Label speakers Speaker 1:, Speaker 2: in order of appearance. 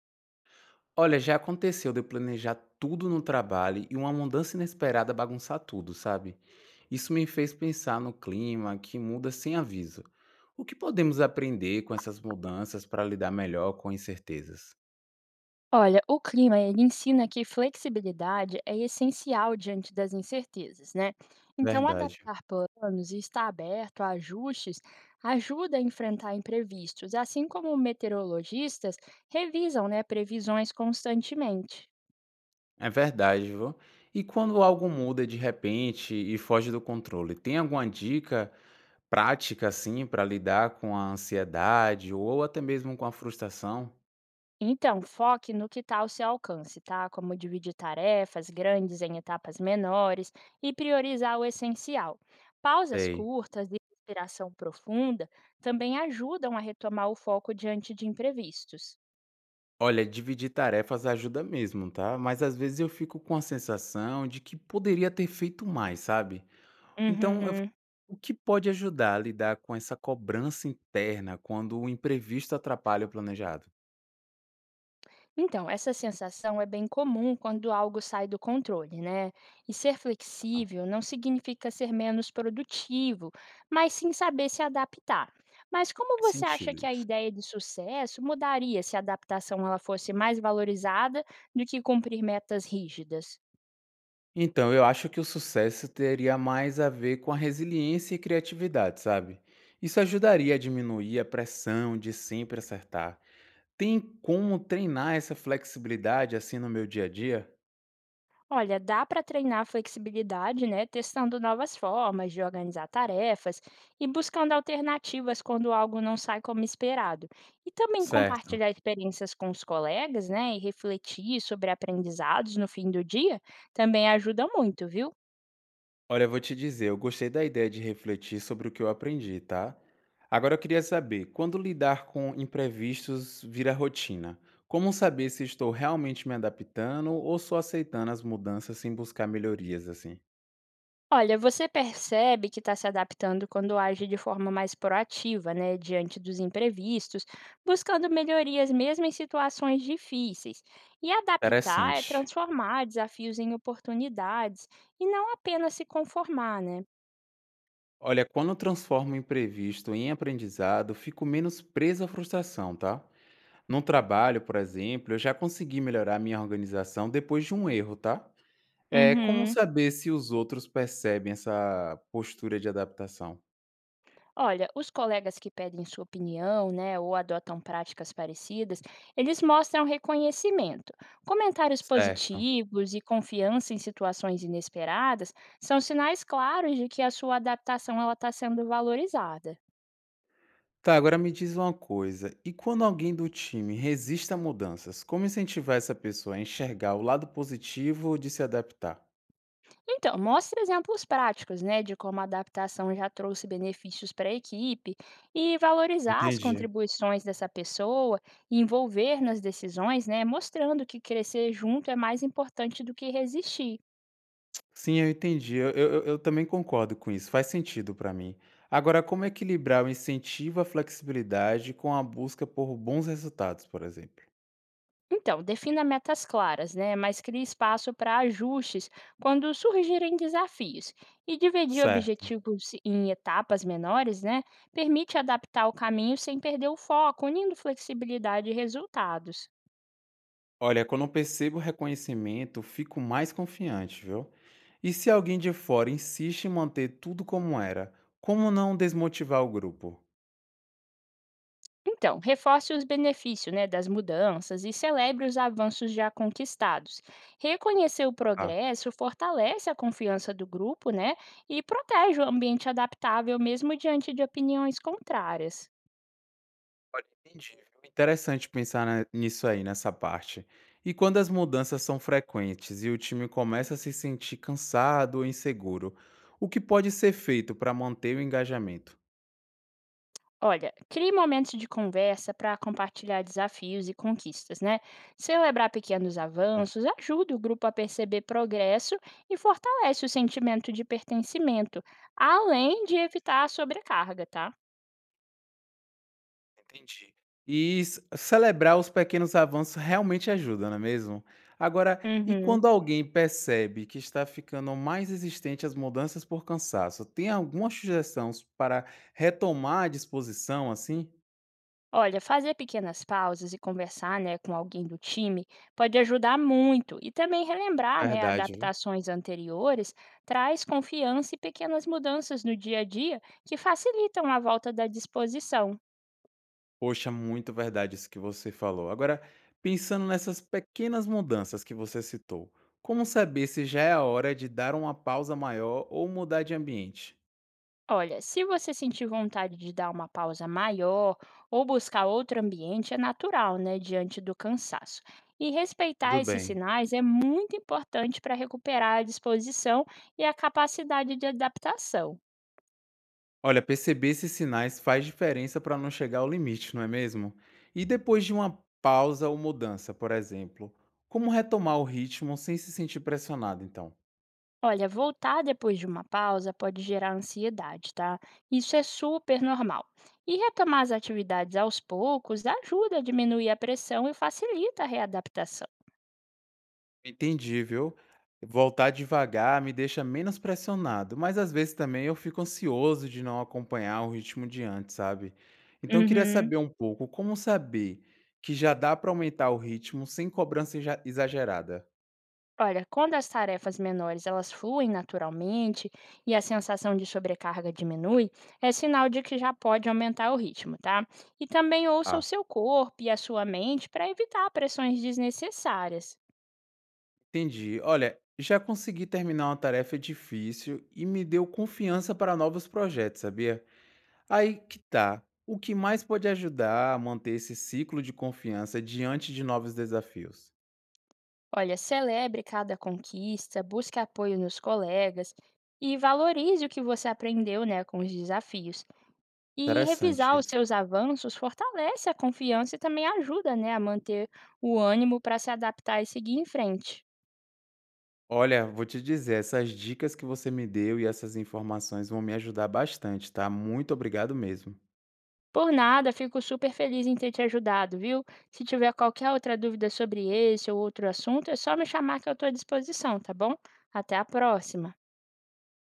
Speaker 1: Olha, já aconteceu de eu planejar tudo no trabalho e uma mudança inesperada bagunçar tudo, sabe? Isso me fez pensar no clima que muda sem aviso. O que podemos aprender com essas mudanças para lidar melhor com incertezas?
Speaker 2: Olha, o clima ele ensina que flexibilidade é essencial diante das incertezas, né? Então,
Speaker 1: Verdade.
Speaker 2: adaptar planos e estar aberto a ajustes ajuda a enfrentar imprevistos, assim como meteorologistas revisam, né, previsões constantemente.
Speaker 1: É verdade, viu? E quando algo muda de repente e foge do controle, tem alguma dica prática assim para lidar com a ansiedade ou até mesmo com a frustração?
Speaker 2: Então, foque no que está ao seu alcance, tá? Como dividir tarefas grandes em etapas menores e priorizar o essencial. Pausas
Speaker 1: Sei.
Speaker 2: curtas e respiração profunda também ajudam a retomar o foco diante de imprevistos.
Speaker 1: Olha, dividir tarefas ajuda mesmo, tá? Mas às vezes eu fico com a sensação de que poderia ter feito mais, sabe? Então, eu fico,
Speaker 2: Uhum.
Speaker 1: o que pode ajudar a lidar com essa cobrança interna quando o imprevisto atrapalha o planejado?
Speaker 2: Então, essa sensação é bem comum quando algo sai do controle, né? E ser
Speaker 1: Ah,
Speaker 2: flexível não significa ser menos produtivo, mas sim saber se adaptar. Mas como
Speaker 1: faz
Speaker 2: você acha
Speaker 1: sentido
Speaker 2: que a
Speaker 1: isso.
Speaker 2: ideia de sucesso mudaria se a adaptação ela fosse mais valorizada do que cumprir metas rígidas?
Speaker 1: Então, eu acho que o sucesso teria mais a ver com a resiliência e criatividade, sabe? Isso ajudaria a diminuir a pressão de sempre acertar. Tem como treinar essa flexibilidade assim no meu dia a dia?
Speaker 2: Olha, dá para treinar a flexibilidade, né, testando novas formas de organizar tarefas e buscando alternativas quando algo não sai como esperado. E também
Speaker 1: Certo.
Speaker 2: compartilhar experiências com os colegas, né, e refletir sobre aprendizados no fim do dia também ajuda muito, viu?
Speaker 1: Olha, eu vou te dizer, eu gostei da ideia de refletir sobre o que eu aprendi, tá? Agora eu queria saber, quando lidar com imprevistos vira rotina, como saber se estou realmente me adaptando ou só aceitando as mudanças sem buscar melhorias, assim?
Speaker 2: Olha, você percebe que está se adaptando quando age de forma mais proativa, né, diante dos imprevistos, buscando melhorias mesmo em situações difíceis. E adaptar é
Speaker 1: Interessante.
Speaker 2: transformar desafios em oportunidades e não apenas se conformar, né?
Speaker 1: Olha, quando eu transformo o imprevisto em aprendizado, fico menos preso à frustração, tá? No trabalho, por exemplo, eu já consegui melhorar minha organização depois de um erro, tá? É, como
Speaker 2: Uhum.
Speaker 1: saber se os outros percebem essa postura de adaptação?
Speaker 2: Olha, os colegas que pedem sua opinião, né, ou adotam práticas parecidas, eles mostram reconhecimento. Comentários
Speaker 1: Certo.
Speaker 2: positivos e confiança em situações inesperadas são sinais claros de que a sua adaptação ela está sendo valorizada.
Speaker 1: Tá, agora me diz uma coisa, e quando alguém do time resiste a mudanças, como incentivar essa pessoa a enxergar o lado positivo de se adaptar?
Speaker 2: Então, mostre exemplos práticos, né, de como a adaptação já trouxe benefícios para a equipe e valorizar as
Speaker 1: Entendi.
Speaker 2: contribuições dessa pessoa e envolver nas decisões, né, mostrando que crescer junto é mais importante do que resistir.
Speaker 1: Sim, eu entendi. Eu também concordo com isso. Faz sentido para mim. Agora, como equilibrar o incentivo à flexibilidade com a busca por bons resultados, por exemplo?
Speaker 2: Então, defina metas claras, né? Mas crie espaço para ajustes quando surgirem desafios. E dividir
Speaker 1: Certo.
Speaker 2: objetivos em etapas menores, né? Permite adaptar o caminho sem perder o foco, unindo flexibilidade e resultados.
Speaker 1: Olha, quando eu percebo o reconhecimento, fico mais confiante, viu? E se alguém de fora insiste em manter tudo como era, como não desmotivar o grupo?
Speaker 2: Então, reforce os benefícios né, das mudanças e celebre os avanços já conquistados. Reconhecer o
Speaker 1: Ah,
Speaker 2: progresso fortalece a confiança do grupo né, e protege o ambiente adaptável, mesmo diante de opiniões contrárias.
Speaker 1: olha, entendi, viu? Interessante pensar nisso aí, nessa parte. E quando as mudanças são frequentes e o time começa a se sentir cansado ou inseguro, o que pode ser feito para manter o engajamento?
Speaker 2: Olha, crie momentos de conversa para compartilhar desafios e conquistas, né? Celebrar pequenos avanços ajuda o grupo a perceber progresso e fortalece o sentimento de pertencimento, além de evitar a sobrecarga, tá?
Speaker 1: Entendi. E ce celebrar os pequenos avanços realmente ajuda, não é mesmo? Agora, e
Speaker 2: Uhum.
Speaker 1: quando alguém percebe que está ficando mais resistente às mudanças por cansaço, tem alguma sugestão para retomar a disposição assim?
Speaker 2: Olha, fazer pequenas pausas e conversar, né, com alguém do time pode ajudar muito. E também relembrar, né,
Speaker 1: Verdade, viu?
Speaker 2: adaptações anteriores traz confiança e pequenas mudanças no dia a dia que facilitam a volta da disposição.
Speaker 1: Poxa, muito verdade isso que você falou. Agora, pensando nessas pequenas mudanças que você citou, como saber se já é a hora de dar uma pausa maior ou mudar de ambiente?
Speaker 2: Olha, se você sentir vontade de dar uma pausa maior ou buscar outro ambiente, é natural, né, diante do cansaço. E respeitar
Speaker 1: Tudo
Speaker 2: esses
Speaker 1: bem.
Speaker 2: sinais é muito importante para recuperar a disposição e a capacidade de adaptação.
Speaker 1: Olha, perceber esses sinais faz diferença para não chegar ao limite, não é mesmo? E depois de uma pausa ou mudança, por exemplo, como retomar o ritmo sem se sentir pressionado, então?
Speaker 2: Olha, voltar depois de uma pausa pode gerar ansiedade, tá? Isso é super normal. E retomar as atividades aos poucos ajuda a diminuir a pressão e facilita a readaptação.
Speaker 1: Entendi, viu? Voltar devagar me deixa menos pressionado, mas às vezes também eu fico ansioso de não acompanhar o ritmo de antes, sabe? Então eu queria
Speaker 2: Uhum.
Speaker 1: saber um pouco como saber que já dá para aumentar o ritmo sem cobrança exagerada.
Speaker 2: Olha, quando as tarefas menores elas fluem naturalmente e a sensação de sobrecarga diminui, é sinal de que já pode aumentar o ritmo, tá? E também ouça o seu corpo e a sua mente para evitar pressões desnecessárias.
Speaker 1: Entendi. Olha, já consegui terminar uma tarefa difícil e me deu confiança para novos projetos, sabia? Aí que tá. O que mais pode ajudar a manter esse ciclo de confiança diante de novos desafios?
Speaker 2: Olha, celebre cada conquista, busque apoio nos colegas e valorize o que você aprendeu, né, com os desafios. E
Speaker 1: Interessante
Speaker 2: revisar os
Speaker 1: isso.
Speaker 2: seus avanços fortalece a confiança e também ajuda, né, a manter o ânimo para se adaptar e seguir em frente.
Speaker 1: Olha, vou te dizer, essas dicas que você me deu e essas informações vão me ajudar bastante, tá? Muito obrigado mesmo.
Speaker 2: Por nada, fico super feliz em ter te ajudado, viu? Se tiver qualquer outra dúvida sobre esse ou outro assunto, é só me chamar que eu estou à disposição, tá bom? Até a próxima!